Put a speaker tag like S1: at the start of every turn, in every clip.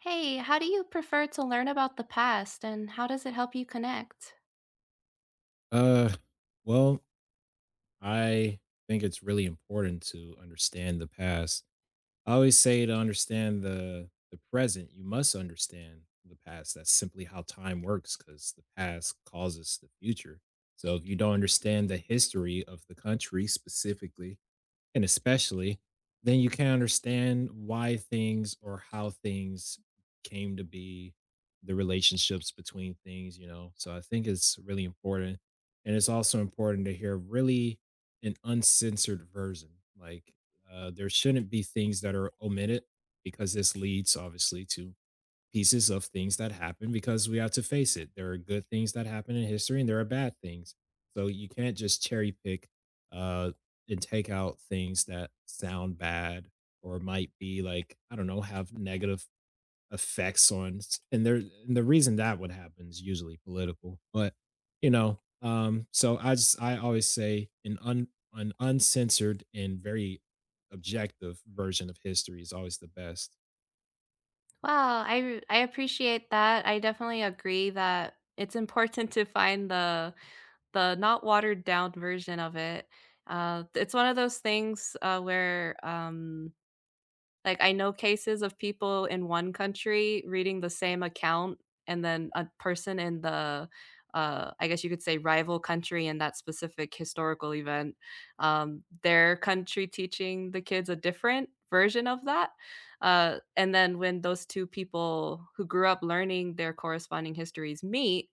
S1: Hey, how do you prefer to learn about the past and how does it help you connect?
S2: Uh, well, I think it's really important to understand the past. I always say to understand the present, you must understand the past. That's simply how time works because the past causes the future. So if you don't understand the history of the country specifically, and especially, then you can understand why things or how things came to be, the relationships between things. So I think it's really important. And it's also important to hear really an uncensored version. Like there shouldn't be things that are omitted because this leads obviously to pieces of things that happen because we have to face it. There are good things that happen in history and there are bad things. So you can't just cherry pick uh, and take out things that sound bad or might be like, I don't know, have negative effects on and there and the reason that would happen is usually political. But so I always say an uncensored and very objective version of history is always the best.
S1: Wow, I appreciate that. I definitely agree that it's important to find the not watered down version of it. It's one of those things where like, I know cases of people in one country reading the same account, and then a person in the, I guess you could say, rival country in that specific historical event, their country teaching the kids a different version of that. And then when those 2 people who grew up learning their corresponding histories meet,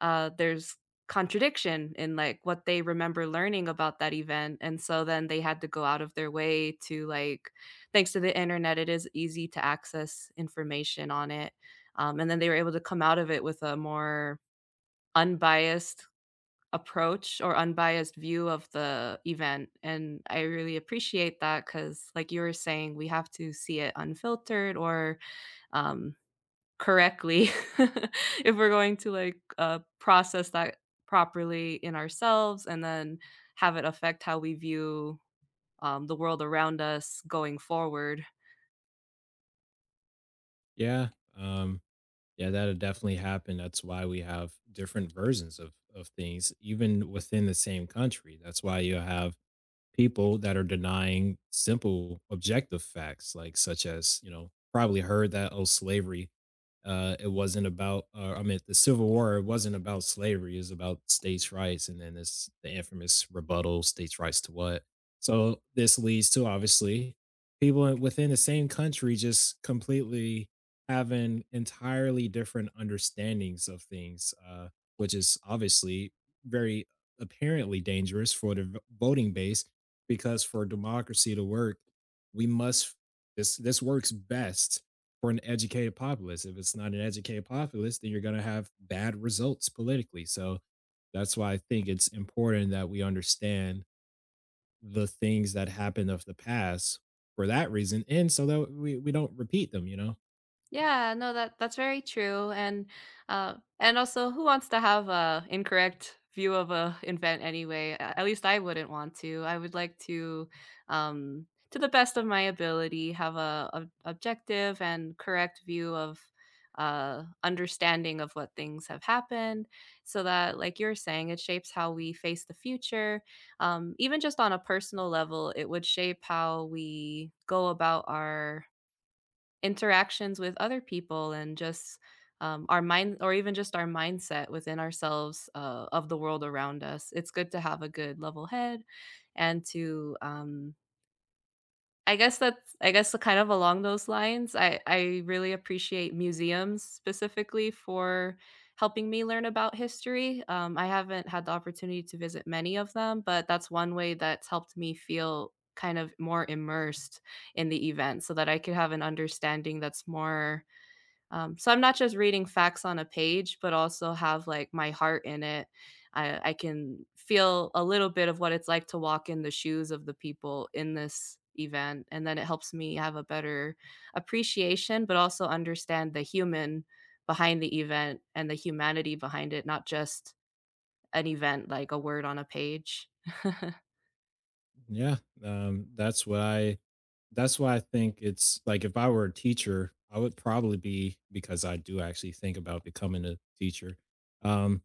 S1: there's contradiction in like what they remember learning about that event, and so then they had to go out of their way to like, thanks to the internet, it is easy to access information on it, and then they were able to come out of it with a more unbiased approach or unbiased view of the event. And I really appreciate that because, like you were saying, we have to see it unfiltered or um, correctly if we're going to, like, process that properly in ourselves and then have it affect how we view, the world around us going forward.
S2: Yeah. Um Yeah, that'll definitely happen. That's why we have different versions of things, even within the same country. That's why you have people that are denying simple objective facts, like such as, probably heard that, oh, slavery, it wasn't about, I mean, the Civil War, it wasn't about slavery, it was about states' rights. And then this, the infamous rebuttal, states' rights to what? So this leads to obviously people within the same country just completely having entirely different understandings of things, which is obviously very apparently dangerous for the voting base because for democracy to work, we must this this works best for an educated populace. If it's not an educated populace, then you're going to have bad results politically. So that's why I think it's important that we understand the things that happened of the past for that reason and so that we don't repeat them, you know.
S1: Yeah, no, that's very true, and also, who wants to have a incorrect view of a event anyway? At least I wouldn't want to. I would like to the best of my ability, have a, objective and correct view of understanding of what things have happened, so that, like you're saying, it shapes how we face the future. Um, even just on a personal level, it would shape how we go about our interactions with other people, and just our mind, or even just our mindset within ourselves, of the world around us. It's good to have a good level head and to um, I guess kind of along those lines, I really appreciate museums specifically for helping me learn about history. I haven't had the opportunity to visit many of them, but that's one way that's helped me feel kind of more immersed in the event, so that I could have an understanding that's more, so I'm not just reading facts on a page, but also have like my heart in it. I can feel a little bit of what it's like to walk in the shoes of the people in this event. And then it helps me have a better appreciation, but also understand the human behind the event, and the humanity behind it, not just an event like a word on a page.
S2: Yeah, um, that's what I that's why I think it's like if I were a teacher, I would probably be because I do actually think about becoming a teacher. Um,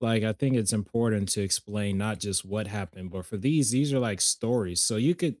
S2: like I think it's important to explain not just what happened, but for these are like stories. So you could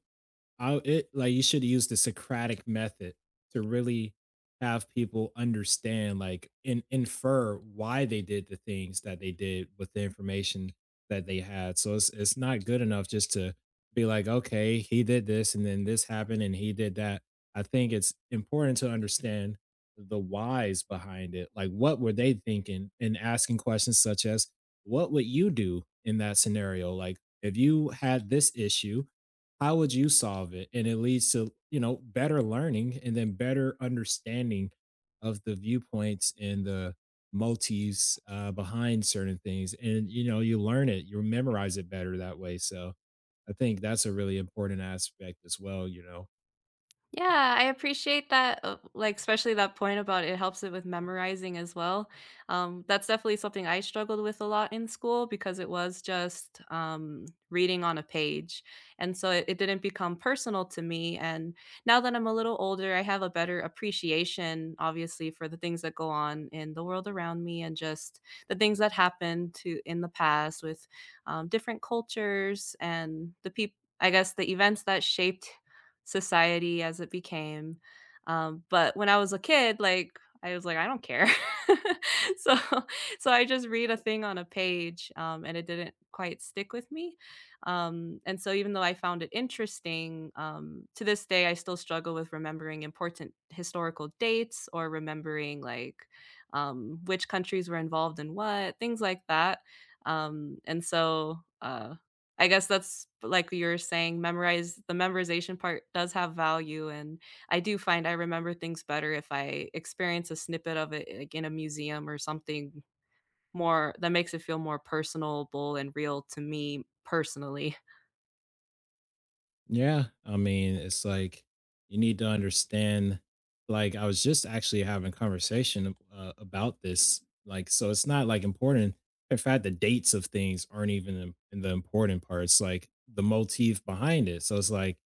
S2: I it like You should use the Socratic method to really have people understand, like, and infer why they did the things that they did with the information that they had. So it's not good enough just to be like, okay, he did this and then this happened and he did that. I think it's important to understand the whys behind it. Like what were they thinking and asking questions such as, what would you do in that scenario? Like if you had this issue, how would you solve it? And it leads to, better learning and then better understanding of the viewpoints and the motives behind certain things. And, you learn it, you memorize it better that way. So I think that's a really important aspect as well.
S1: Yeah, I appreciate that, like, especially that point about it helps it with memorizing as well. That's definitely something I struggled with a lot in school because it was just reading on a page. And so it didn't become personal to me. And now that I'm a little older, I have a better appreciation, obviously, for the things that go on in the world around me, and just the things that happened to in the past with different cultures and the people. I guess the events that shaped society as it became. But when I was a kid, like, I was like, "I don't care." So I just read a thing on a page, and it didn't quite stick with me. And so even though I found it interesting, to this day, I still struggle with remembering important historical dates or remembering, like, which countries were involved in what, things like that. And so, I guess that's like you were saying, memorize the memorization part does have value, and I do find I remember things better if I experience a snippet of it, like, in a museum or something more that makes it feel more personable and real to me personally.
S2: Yeah, I mean, it's like you need to understand. Like, I was just actually having conversation about this. Like, so it's not like important. In fact, the dates of things aren't even in the important parts. Like the motif behind it. So it's like,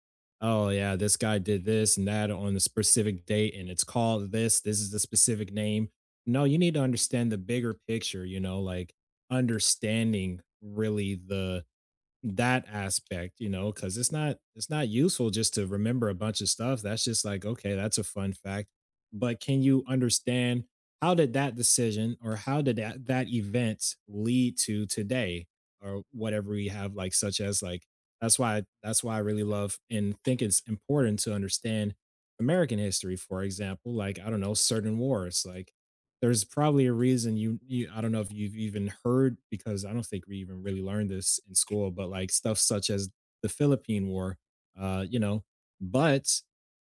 S2: oh yeah, this guy did this and that on the specific date, and it's called this. This is the specific name. No, you need to understand the bigger picture. You know, like understanding really the that aspect, you know, because it's not useful just to remember a bunch of stuff. That's just like, okay, that's a fun fact. But can you understand how did that decision or how did that event lead to today or whatever we have like such as like that's why I really love and think it's important to understand American history, for example, like I don't know, certain wars, like there's probably a reason you I don't know if you've even heard because I don't think we even really learned this in school, but like stuff such as the Philippine War, you know, but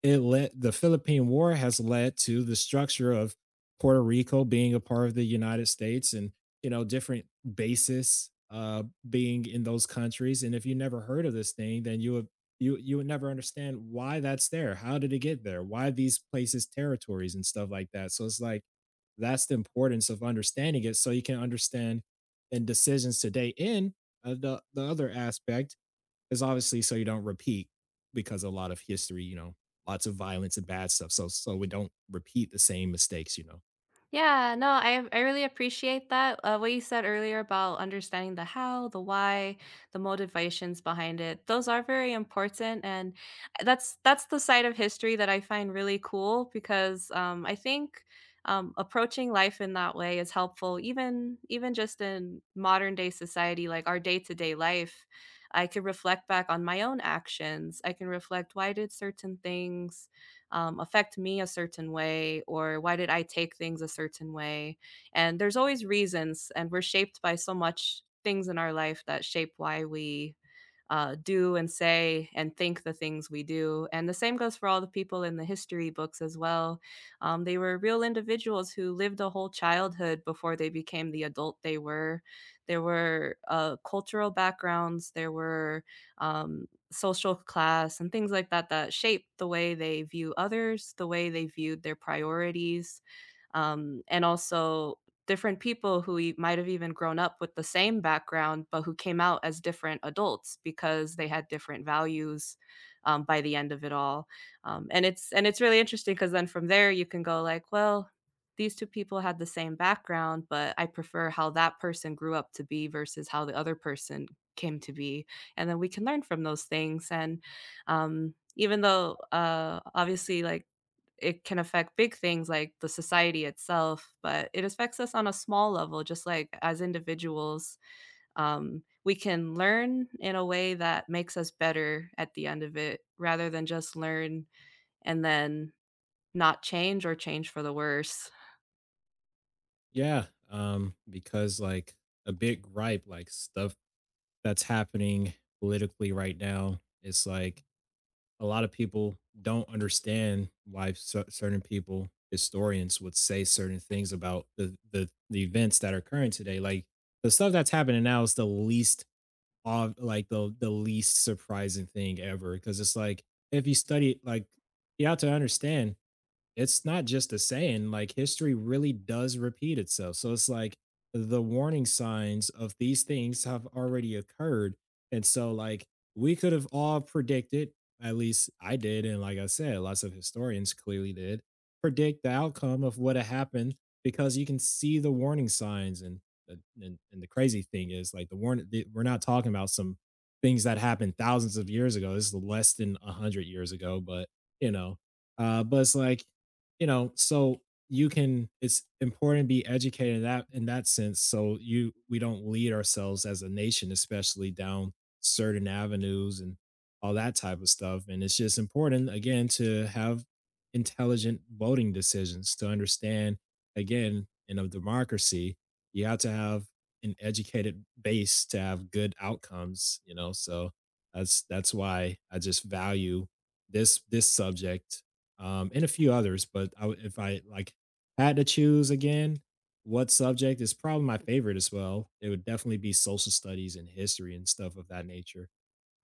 S2: it led the Philippine War has led to the structure of Puerto Rico being a part of the United States and you know different bases being in those countries. And if you never heard of this thing, then you would never understand why that's there. How did it get there? Why these places territories and stuff like that? So it's like that's the importance of understanding it so you can understand in decisions today. In the other aspect is obviously so you don't repeat because a lot of history, lots of violence and bad stuff. So, so we don't repeat the same mistakes, you know?
S1: Yeah, no, I really appreciate that. What you said earlier about understanding the how, the why, the motivations behind it. Those are very important, and that's the side of history that I find really cool because I think approaching life in that way is helpful, even just in modern day society, like our day to day life. I can reflect back on my own actions. I can reflect why did certain things affect me a certain way, or why did I take things a certain way. And there's always reasons, and we're shaped by so much things in our life that shape why we do and say and think the things we do. And the same goes for all the people in the history books as well. They were real individuals who lived a whole childhood before they became the adult they were. There were cultural backgrounds, there were social class, and things like that that shaped the way they view others, the way they viewed their priorities. And also different people who might have even grown up with the same background, but who came out as different adults because they had different values, by the end of it all. And it's really interesting because then from there you can go, like, well, these two people had the same background, but I prefer how that person grew up to be versus how the other person came to be, and then we can learn from those things. And even though obviously, like, it can affect big things like the society itself, but it affects us on a small level, just like as individuals. We can learn in a way that makes us better at the end of it, rather than just learn and then not change or change for the worse.
S2: Yeah. Because like a big gripe, like stuff that's happening politically right now, it's like a lot of people don't understand why certain people, historians, would say certain things about the events that are current today. Like the stuff that's happening now is the least of like the least surprising thing ever because it's like if you study it, like you have to understand it's not just a saying, like, history really does repeat itself. So it's like the warning signs of these things have already occurred. And so, like, we could have all predicted, at least I did. And like I said, lots of historians clearly did predict the outcome of what had happened because you can see the warning signs. And, the crazy thing is, like, the warning, we're not talking about some things that happened thousands of years ago. This is less than a hundred years ago, but you know, but it's like so you can it's important to be educated in that sense so you we don't lead ourselves as a nation especially down certain avenues and all that type of stuff and it's just important again to have intelligent voting decisions to understand again in a democracy you have to have an educated base to have good outcomes you know so that's why I just value this subject and a few others. But if I like had to choose again, what subject is probably my favorite as well? It would definitely be social studies and history and stuff of that nature.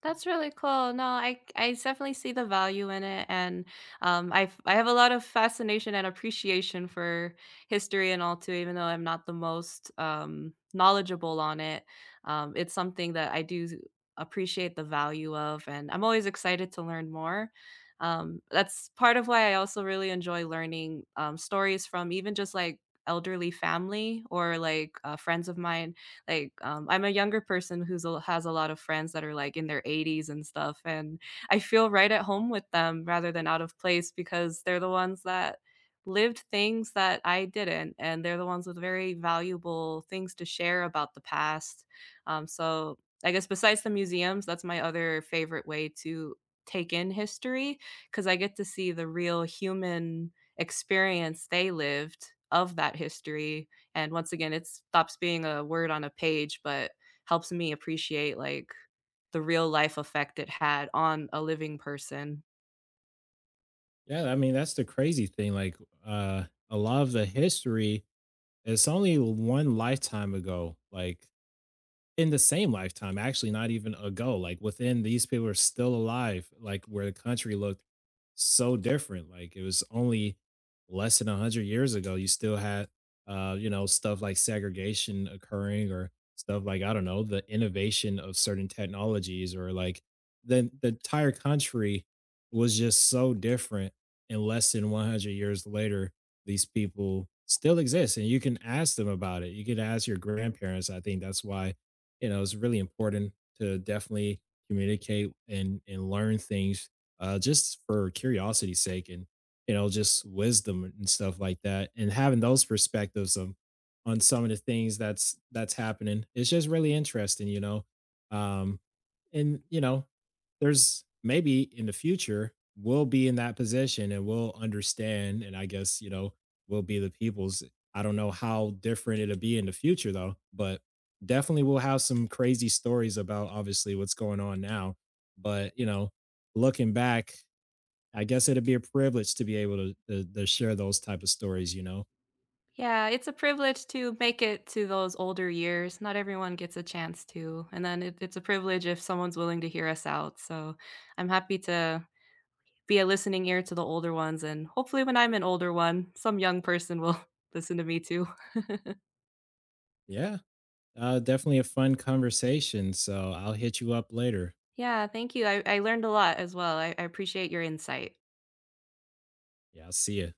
S1: That's really cool. No, I definitely see the value in it, and um, I have a lot of fascination and appreciation for history and all too. Even though I'm not the most knowledgeable on it, it's something that I do appreciate the value of, and I'm always excited to learn more. That's part of why I also really enjoy learning stories from even just like elderly family or like friends of mine like, I'm a younger person who's a has a lot of friends that are, like, in their 80s and stuff, and I feel right at home with them rather than out of place because they're the ones that lived things that I didn't, and they're the ones with very valuable things to share about the past. So I guess besides the museums, that's my other favorite way to take in history, because I get to see the real human experience they lived of that history, and once again, it stops being a word on a page, but helps me appreciate, like, the real life effect it had on a living person.
S2: Yeah, I mean that's the crazy thing. Like uh, a lot of the history, it's only one lifetime ago. Like in the same lifetime, actually, not even ago. Like within these people are still alive, like where the country looked so different. Like it was only less than a hundred years ago. You still had, you know, stuff like segregation occurring, or stuff like I don't know, the innovation of certain technologies, or like the entire country was just so different. And less than 100 years later, these people still exist, and you can ask them about it. You can ask your grandparents. I think that's why it's really important to definitely communicate and learn things just for curiosity's sake and just wisdom and stuff like that and having those perspectives of on some of the things that's happening it's just really interesting you know um and you know there's maybe in the future we'll be in that position and we'll understand and I guess we'll be the people's I don't know how different it'll be in the future though but definitely we'll have some crazy stories about obviously what's going on now. But looking back, I guess it'd be a privilege to be able to share those type of stories.
S1: Yeah, it's a privilege to make it to those older years. Not everyone gets a chance to. And then it's a privilege if someone's willing to hear us out. So I'm happy to be a listening ear to the older ones. And hopefully, when I'm an older one, some young person will listen to me too.
S2: Yeah, definitely a fun conversation. So I'll hit you up later.
S1: Yeah, thank you. I learned a lot as well. I appreciate your insight.
S2: Yeah, I'll see you.